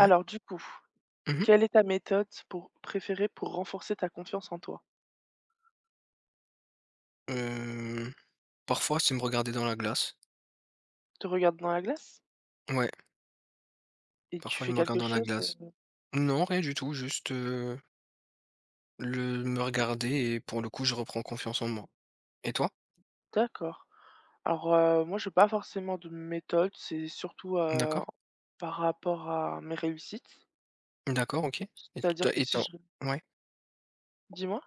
Ouais. du coup, Mmh mh. quelle est ta méthode pour préférée pour renforcer ta confiance en toi? Parfois, c'est me regarder dans la glace. Te regardes dans la glace Ouais, et tu parfois je fais me regarde quelque dans la chose? glace. Non, rien du tout, juste, le me regarder et pour le coup, je reprends confiance en moi. Et toi? D'accord. Alors, moi je n'ai pas forcément de méthode, c'est surtout, D'accord. par rapport à mes réussites. D'accord, OK. Et tu C'est-à-dire as que et tu, si je ouais. dis-moi?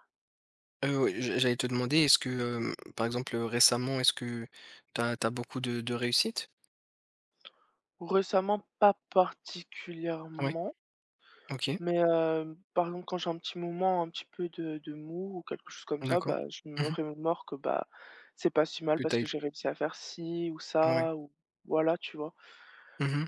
Ouais, j'allais te demander, est-ce que, par exemple, récemment, est-ce que t'as as beaucoup de réussite? Récemment, pas Ouais. particulièrement. OK, Mais par exemple, quand j'ai un petit peu de mou ou quelque chose comme ça, d'accord. bah, je me Mmh. remémore que, bah, c'est pas si mal Que parce t'as ailles, que j'ai réussi à faire ci ou ouais. ça ou voilà, tu vois? Mmh.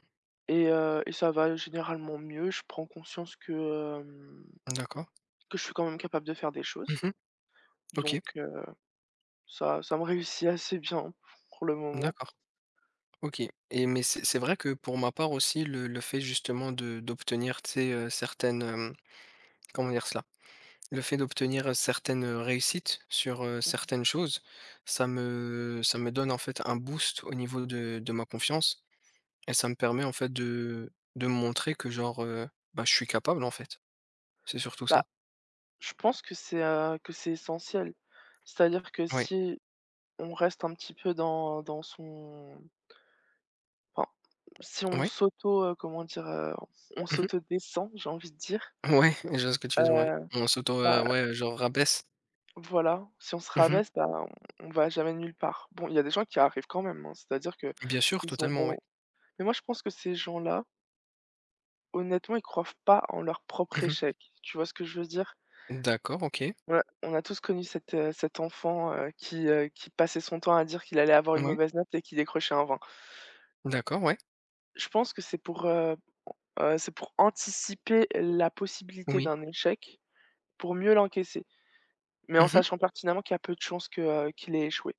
Et ça va généralement mieux. Je prends conscience que, hem, D'accord. que je suis quand même capable de faire des choses. Mmh. OK, Donc ça me réussit assez bien pour le moment. d'accord. OK. Et mais c'est vrai que pour ma part aussi, le fait justement de d'obtenir, tu sais, certaines, comment dire cela? Le fait d'obtenir, certaines, réussites sur, certaines choses, ça me donne en fait un boost au niveau de ma confiance et ça me permet en fait de me montrer que genre, bah, je suis capable en fait. C'est surtout ça. Bah, je pense que c'est essentiel. C'est-à-dire que Ouais. si on reste un petit peu dans son. Enfin, si on Ouais. s'auto, comment dire, on Mmh. descend, j'ai envie de dire, Ouais, je vois ce que tu veux dire, ouais. heu, On s'auto, bah, ouais, genre rabaisse. voilà, si on se Mmh. rabaisse, bah, on va jamais nulle part. Bon, il y a des gens qui arrivent quand même, hein, c'est-à-dire que Bien sûr, ils ont totalement, ouais. bon. Mais moi je pense que ces gens-là, honnêtement, ils croient pas en leur propre Mmh. échec. Tu vois ce que je veux dire? D'accord, OK. Ouais, on a tous connu cet enfant, qui passait son temps à dire qu'il allait avoir une Ouais. mauvaise note et qui décrochait un 20. D'accord, ouais. Je pense que c'est pour anticiper la possibilité Oui. d'un échec. Pour mieux l'encaisser, mais en Mmh. sachant pertinemment qu'il y a peu de chances qu'il ait échoué.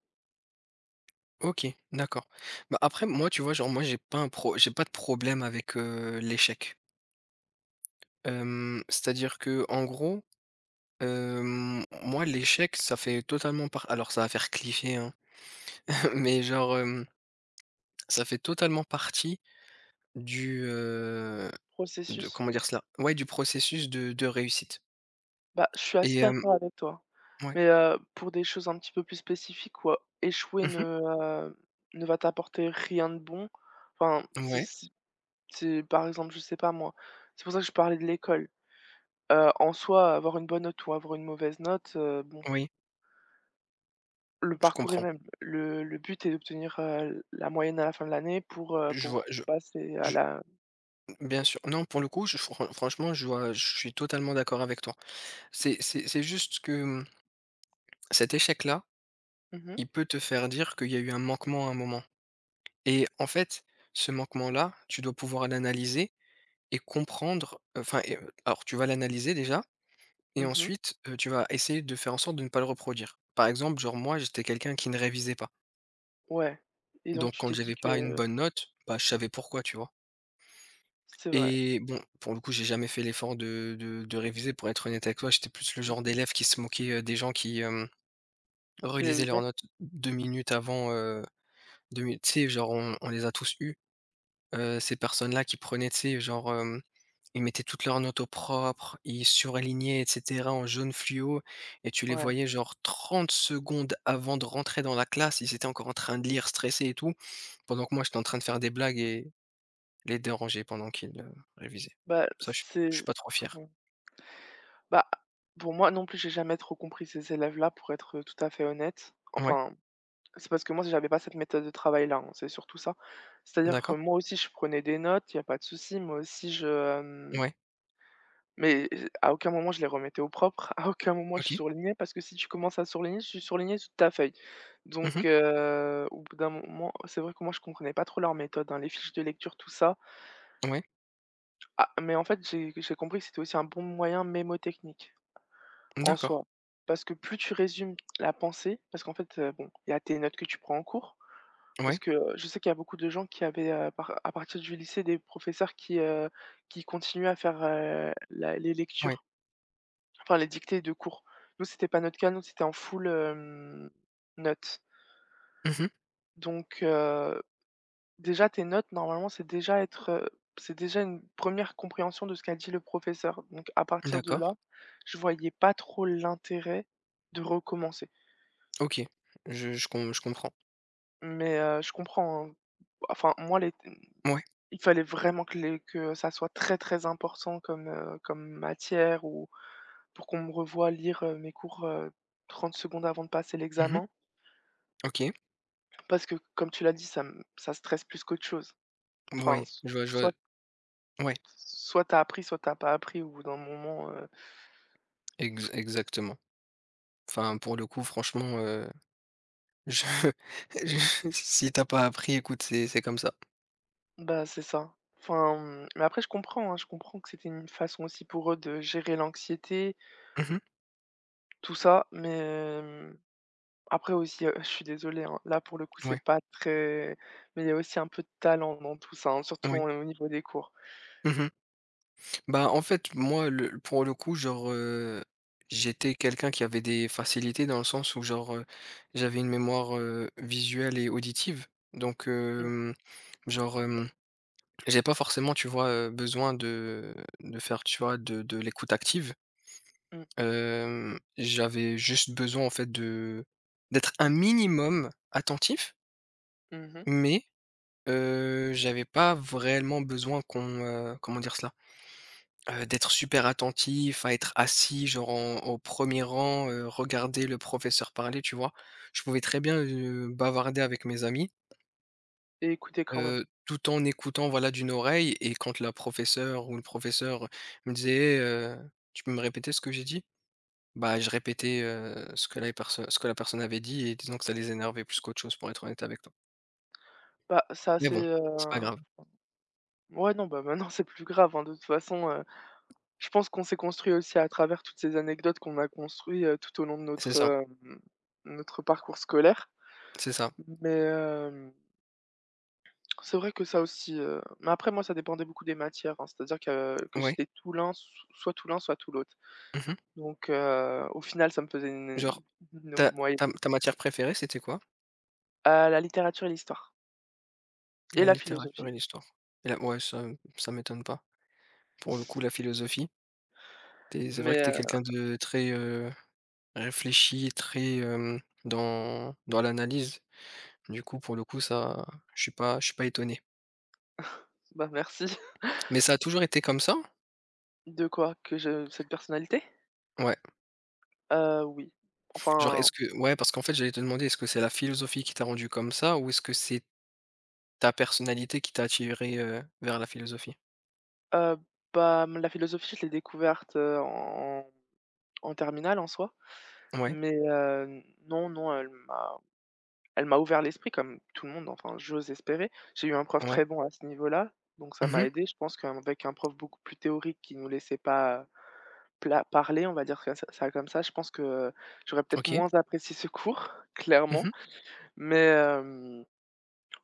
OK, d'accord. Bah, après moi, tu vois, genre, moi, j'ai pas de problème avec, l'échec. C'est-à-dire que, en gros, moi, l'échec, ça fait totalement par alors ça va faire cliché, hein, mais genre, ça fait totalement partie du, de Processus? comment dire cela? Ouais, du processus de réussite Bah, je suis et assez hem d'accord avec toi, ouais. mais, pour des choses un petit peu plus spécifiques où, échouer Mmh. heu, ne va t'apporter rien de bon, enfin, c'est Ouais, c'est c'est par exemple, je sais pas moi, c'est pour ça que je parlais de l'école. En soi, avoir une bonne note ou avoir une mauvaise note, bon, oui, le je parcours est comprends. le même. Le but est d'obtenir, la moyenne à la fin de l'année pour, heu, Je vois, pour passer à je la. bien sûr. Non, pour le coup, je fran franchement, je suis totalement d'accord avec toi. C'est juste que, cet échec-là, Mmh mh. il peut te faire dire qu'il y a eu un manquement à un moment et en fait, ce manquement-là, tu dois pouvoir l'analyser et comprendre, enfin alors tu vas l'analyser déjà et Mmh mh. ensuite, tu vas essayer de faire en sorte de ne pas le reproduire. Par exemple, genre moi, j'étais quelqu'un qui ne révisait pas. Ouais, et donc Donc tu quand t'es dit j'avais pas une que bonne note, bah, je savais pourquoi, tu vois? c'est vrai, Et bon, pour le coup, j'ai jamais fait l'effort de réviser pour être honnête avec toi. J'étais plus le mmh, genre d'élève qui se moquait, des gens qui, qui relisaient leurs révisait? notes 2 minutes avant, 2000 tu sais, genre, on les a tous eus, ces personnes-là qui prenaient, tu sais, genre, ils mettaient toutes leurs notes au propre, ils surlignaient et cetera en jaune fluo et tu les Ouais. voyais, genre, 30 secondes avant de rentrer dans la classe, ils étaient encore en train de lire, stressés et tout, pendant que moi, j'étais en train de faire des blagues et les déranger pendant qu'ils, révisaient. Bah, Ça, je c'est suis pas trop pour fier. moi. Bah, pour moi non plus, j'ai jamais trop compris ces élèves-là pour être, tout à fait honnête. Ouais, Enfin, c'est parce que moi, j'avais pas cette méthode de travail-là, hein, c'est surtout ça. C'est-à-dire que d'accord. moi aussi, je prenais des notes, il y a pas de souci. Moi aussi, je, hem Ouais, mais à aucun moment je les remettais au propre, à aucun moment je OK. surlignais parce que si tu commences à surligner, tu surlignais toute ta feuille. Donc Mmh. Au bout d'un moment c'est vrai que moi je comprenais pas trop leur méthode, hein, les fiches de lecture, tout ça. Ouais, Ah, mais en fait, j'ai compris que c'était aussi un bon moyen mémotechnique, en d'accord. soi. Parce que plus tu résumes la pensée parce qu'en fait, bon, il y a tes notes que tu prends en cours, parce Ouais, que, je sais qu'il y a beaucoup de gens qui avaient, par à partir du lycée, des professeurs qui continuaient à faire, la les ouais. lectures. Enfin, les dictées de cours. Nous, c'était pas notre cas, nous, c'était en full, notes. Mmh. Donc, déjà tes notes, normalement, c'est déjà une première compréhension de ce qu'a dit le professeur. Donc à partir de là, D'accord. je voyais pas trop l'intérêt de recommencer. OK. Je comprends. Mais, je comprends, hein. Enfin, moi, les Ouais. il fallait vraiment que ça soit très, très important comme matière ou pour qu'on me revoie lire, mes cours, 30 secondes avant de passer Mmh. l'examen. OK. Parce que comme tu l'as dit, ça stresse plus qu'autre chose. Enfin, Oui, s je vois, soit ouais, soit t'as appris, soit t'as pas appris au bout d'un moment, ex exactement. Enfin, pour le coup, franchement, je je si t'as pas appris, écoute, c'est comme ça. bah, c'est ça. Enfin, mais après je comprends, hein, je comprends que c'était une façon aussi pour eux de gérer l'anxiété, Mmh mh. tout ça, mais, hem, après aussi, je suis désolée, hein, là pour le coup c'est Ouais, pas très, mais il y a aussi un peu de talent dans tout ça, hein, surtout ouais. en au niveau des cours. Mmh. Bah, en fait, moi, le pour le coup, genre, j'étais quelqu'un qui avait des facilités dans le sens où, genre, j'avais une mémoire, visuelle et auditive. Donc, Mmh, genre, j'ai pas forcément, tu vois, besoin de faire, tu vois, de l'écoute active. mmh, J'avais juste besoin en fait de d'être un minimum attentif, mmh, mais j'avais pas vraiment besoin qu'on me comment dire cela? D'être super attentif, à être assis genre en au premier rang, regarder le professeur parler, tu vois? Je pouvais très bien, bavarder avec mes amis, et écoutez quand même. Tout en écoutant voilà d'une oreille et quand la professeure ou le professeur me disait: «Hé, tu peux me répéter ce que j'ai dit?» Bah, je répétais, ce que la personne avait dit et disons que ça les énervait plus qu'autre chose pour être honnête avec toi. Bah, ça Mais c'est, bon, c'est pas grave. ouais, non, bah, maintenant c'est plus grave, hein, de toute façon. Je pense qu'on s'est construit aussi à travers toutes ces anecdotes qu'on a construit, tout au long de C'est notre, ça, hem, notre parcours scolaire. c'est ça. Mais, c'est vrai que ça aussi, mais après moi ça dépendait beaucoup des matières, hein. C'est-à-dire que Ouais. j'étais tout l'un s soit tout l'un, soit tout l'autre. Mmh. Donc, au final ça me faisait Genre une ta moyenne. ta ta matière préférée, c'était quoi? La littérature et l'histoire et La la littérature et philosophie. l'histoire. Et la ouais, ça m'étonne pas. Pour le coup, la philosophie, tu c'est vrai que Mais, t'es quelqu'un de très, réfléchi et très, dans l'analyse. Du coup, pour le coup, ça je suis pas étonné. bah, merci. Mais ça a toujours été comme ça? De quoi? Que je cette personnalité? Ouais. Oui. Genre Enfin, est-ce que Ouais, parce qu'en fait, j'allais te demander, est-ce que c'est la philosophie qui t'a rendu comme ça ou est-ce que c'est ta personnalité qui t'a attiré, vers la philosophie? heu, bah, la philosophie je l'ai découverte, en terminale en soi, Ouais, mais non, non, elle m'a ouvert l'esprit comme tout le monde, enfin, j'ose espérer. J'ai eu un prof ouais. très bon à ce niveau-là, donc ça m'a Mmh. aidé. Je pense qu'avec un prof beaucoup plus théorique qui nous laissait pas pla parler, on va dire que ça ça comme ça, je pense que j'aurais peut-être OK. moins apprécié ce cours, clairement, Mmh. mais hem,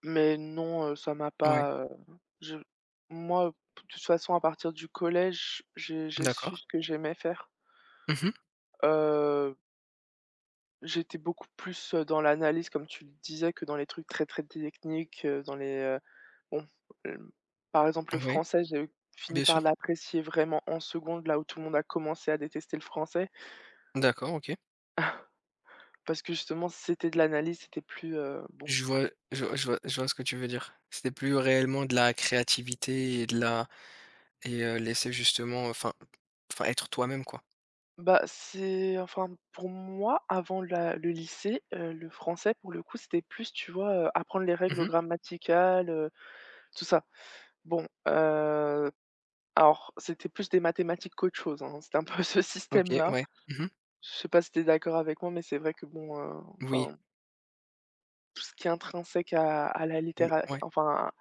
mais non, ça m'a Ouais. pas, je moi, de toute façon, à partir du collège, j'ai su D'accord. ce que j'aimais faire. Mmh. J'étais beaucoup plus, dans l'analyse comme tu le disais que dans les trucs très, très techniques, bon, hem, par exemple le Ouais, français, j'ai fini bien sûr. par l'apprécier vraiment en seconde, là où tout le monde a commencé à détester le français. D'accord, OK. Parce que justement c'était de l'analyse, c'était plus, bon. Je vois ce que tu veux dire. C'était plus réellement de la créativité et de la laisser justement, enfin être toi-même quoi. Bah, c'est enfin pour moi avant la le lycée, le français pour le coup c'était plus tu vois, apprendre les règles Mmh. grammaticales, tout ça. Bon, alors c'était plus des mathématiques qu'autre chose, hein, c'était un peu ce OK, système-là. ouais. Mmh mh. Je sais pas si tu es d'accord avec moi, mais c'est vrai que bon, Oui. enfin, tout ce qui est intrinsèque à la Mmh, littéra ouais. enfin, à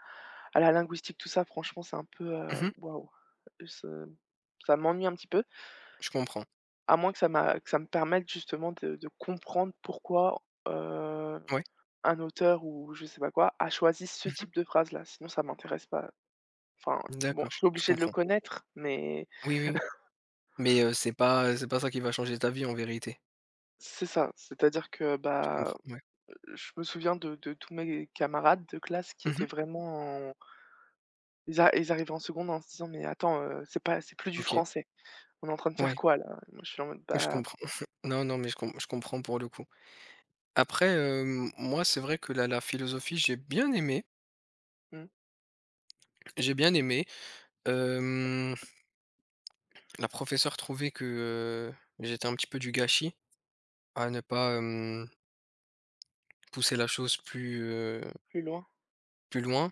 à la linguistique, tout ça, franchement, c'est un peu, Mmh. waouh, ce ça m'ennuie un petit peu, Je comprends. à moins que ça me permette justement de comprendre pourquoi, Ouais. un auteur ou je sais pas quoi, a choisi ce Mmh. type de phrase-là, sinon ça m'intéresse pas. Enfin, bon, je D'accord, suis je obligée de le comprends. connaître, mais Oui, oui. Mais c'est pas ça qui va changer ta vie en vérité. c'est ça, c'est-à-dire que, Je bah. comprends, ouais. Je me souviens de tous mes camarades de classe qui étaient Mmh. vraiment en ils a ils arrivaient en seconde en se disant: «Mais attends, c'est pas c'est plus du OK. français. On est en train de faire Ouais, quoi là?» Moi je suis en mode: je «Bah, comprends. Non, non, mais je comprends pour le coup. Après, moi, c'est vrai que la philosophie, j'ai bien aimé, mmh, j'ai bien aimé. Hem, la professeure trouvait que, heu, j'étais un petit peu du gâchis à ne pas, pousser la chose plus, plus loin». plus loin.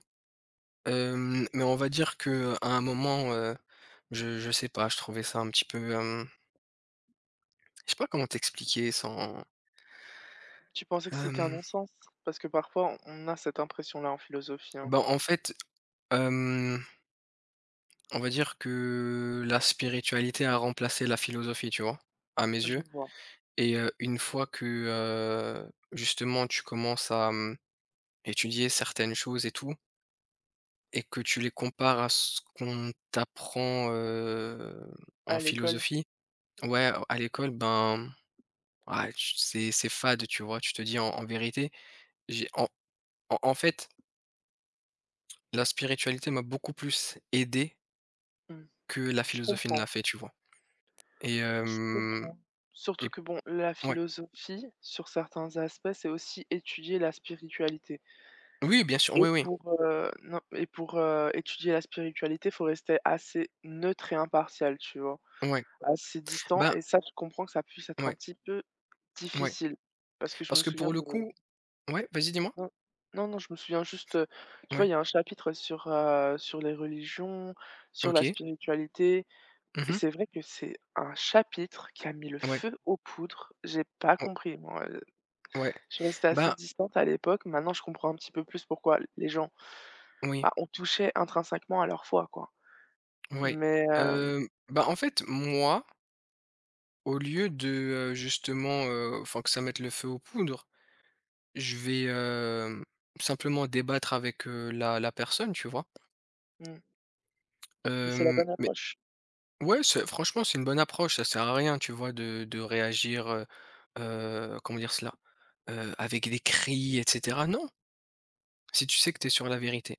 Mais on va dire que à un moment, je sais pas, je trouvais ça un petit peu, je sais pas comment t'expliquer sans, Tu pensais que c'était un hem non-sens? Parce que parfois on a cette impression-là en philosophie, hein. Ben en fait, hem, on va dire que la spiritualité a remplacé la philosophie, tu vois? À mes Je yeux le vois. et une fois que, justement tu commences à, étudier certaines choses et tout et que tu les compares à ce qu'on t'apprend, en À l'école, philosophie, ouais, à l'école, ben, ouais, tu c'est fade, tu vois? Tu te dis: En vérité, j'ai en fait, la spiritualité m'a beaucoup plus aidé mmh, que la je philosophie ne comprends, l'a fait», tu vois? Et je hem comprends. Surtout et que bon, la ouais. philosophie, sur certains aspects, c'est aussi étudier la spiritualité. Oui, bien sûr, Et oui, oui. pour, non, et pour, étudier la spiritualité, faut rester assez neutre et impartial, tu vois? Ouais. Assez distant Ben, et ça, je comprends que ça puisse être un ouais, petit peu ouais. difficile. Parce que je Parce me que souviens pour le de coup, ouais, vas-y, dis-moi? non, non, non, je me souviens juste, tu vois, Ouais, il y a un chapitre sur les religions, sur la OK. spiritualité Mmh et mh. c'est vrai que c'est un chapitre qui a mis le Ouais, feu aux poudres. J'ai pas compris, moi, ouais, ouais. je restais assez Ben, distante à l'époque. Maintenant, je comprends un petit peu plus pourquoi les gens. oui, Bah, on touchait intrinsèquement à leur foi, quoi. ouais. Mais, Ben, en fait, moi, au lieu de, justement, enfin, que ça mette le feu aux poudres, je vais, simplement débattre avec, la personne, tu vois? mmh, mais c'est la Hem, bonne mais approche. Ouais, c'est franchement, c'est une bonne approche. Ça sert à rien, tu vois, de réagir, comment dire cela? Avec des cris et cetera. Non, si tu sais que tu es sur la vérité,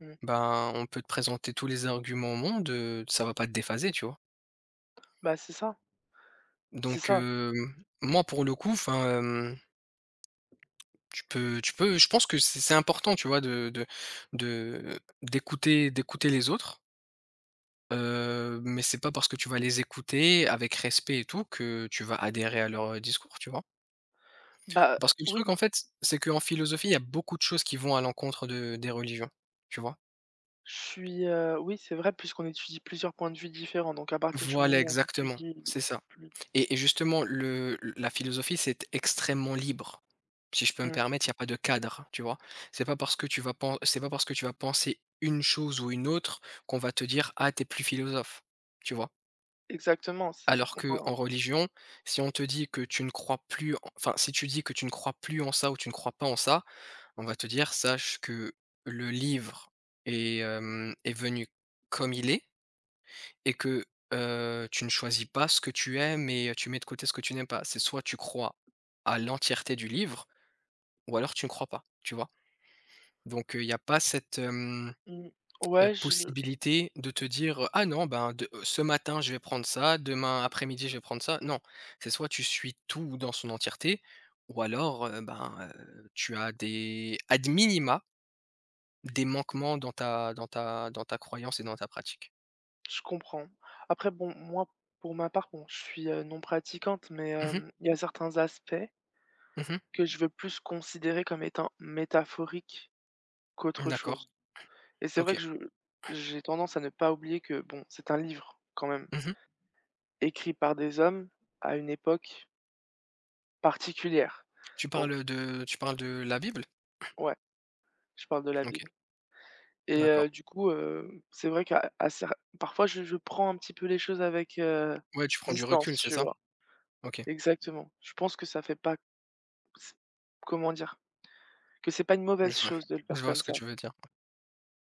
Mmh. ben, on peut te présenter tous les arguments au monde, ça va pas te déphaser, tu vois? Bah, c'est ça, c'est Donc ça. Moi, pour le coup, enfin, tu peux je pense que c'est important, tu vois, de d'écouter les autres, mais c'est pas parce que tu vas les écouter avec respect et tout que tu vas adhérer à leur, discours, tu vois? Bah, Parce que le oui, truc, en fait, c'est qu'en philosophie, il y a beaucoup de choses qui vont à l'encontre de des religions, tu vois? Oui, c'est vrai puisqu'on étudie plusieurs points de vue différents, donc à partir du moment Voilà, où on exactement, étudie c'est ça plus, et justement le la philosophie, c'est extrêmement libre. Si je peux me mmh, permettre, il y a pas de cadre, tu vois? C'est pas parce que tu vas penser une chose ou une autre qu'on va te dire: «Ah, t'es plus philosophe», tu vois? exactement, c'est Alors que enfin, en religion, si on te dit que tu ne crois plus en, enfin, si tu dis que tu ne crois plus en ça ou tu ne crois pas en ça, on va te dire: «Sache que le livre est, est venu comme il est et que, tu ne choisis pas ce que tu aimes et tu mets de côté ce que tu n'aimes pas. C'est soit tu crois à l'entièreté du livre ou alors tu ne crois pas», tu vois? Donc il n'y a pas cette, mmh, ouais, je possibilité de te dire, «Ah non, ben, de ce matin, je vais prendre ça, demain après-midi, je vais prendre ça». Non, c'est soit tu suis tout dans son entièreté ou alors, ben, tu as des ad minima. Des manquements dans ta croyance et dans ta pratique. je comprends. Après bon, moi, pour ma part, bon, je suis, non pratiquante, mais Mmh mh. Il y a certains aspects Mmh. que je veux plus considérer comme étant métaphoriques qu'autre D'accord. chose. Et c'est vrai OK. que je j'ai tendance à ne pas oublier que, bon, c'est un livre quand même, Mmh. écrit par des hommes à une époque particulière. Donc Tu parles de la Bible? ouais, je parle de la OK, Bible et d'accord. du coup, c'est vrai qu'à à cer parfois je prends un petit peu les choses avec, Ouais, tu prends du distance, recul, c'est tu ça? vois? OK, Exactement. Je pense que ça fait pas, c comment dire? Que c'est pas une je mauvaise vois chose de le je faire vois comme ce que ça. tu veux dire.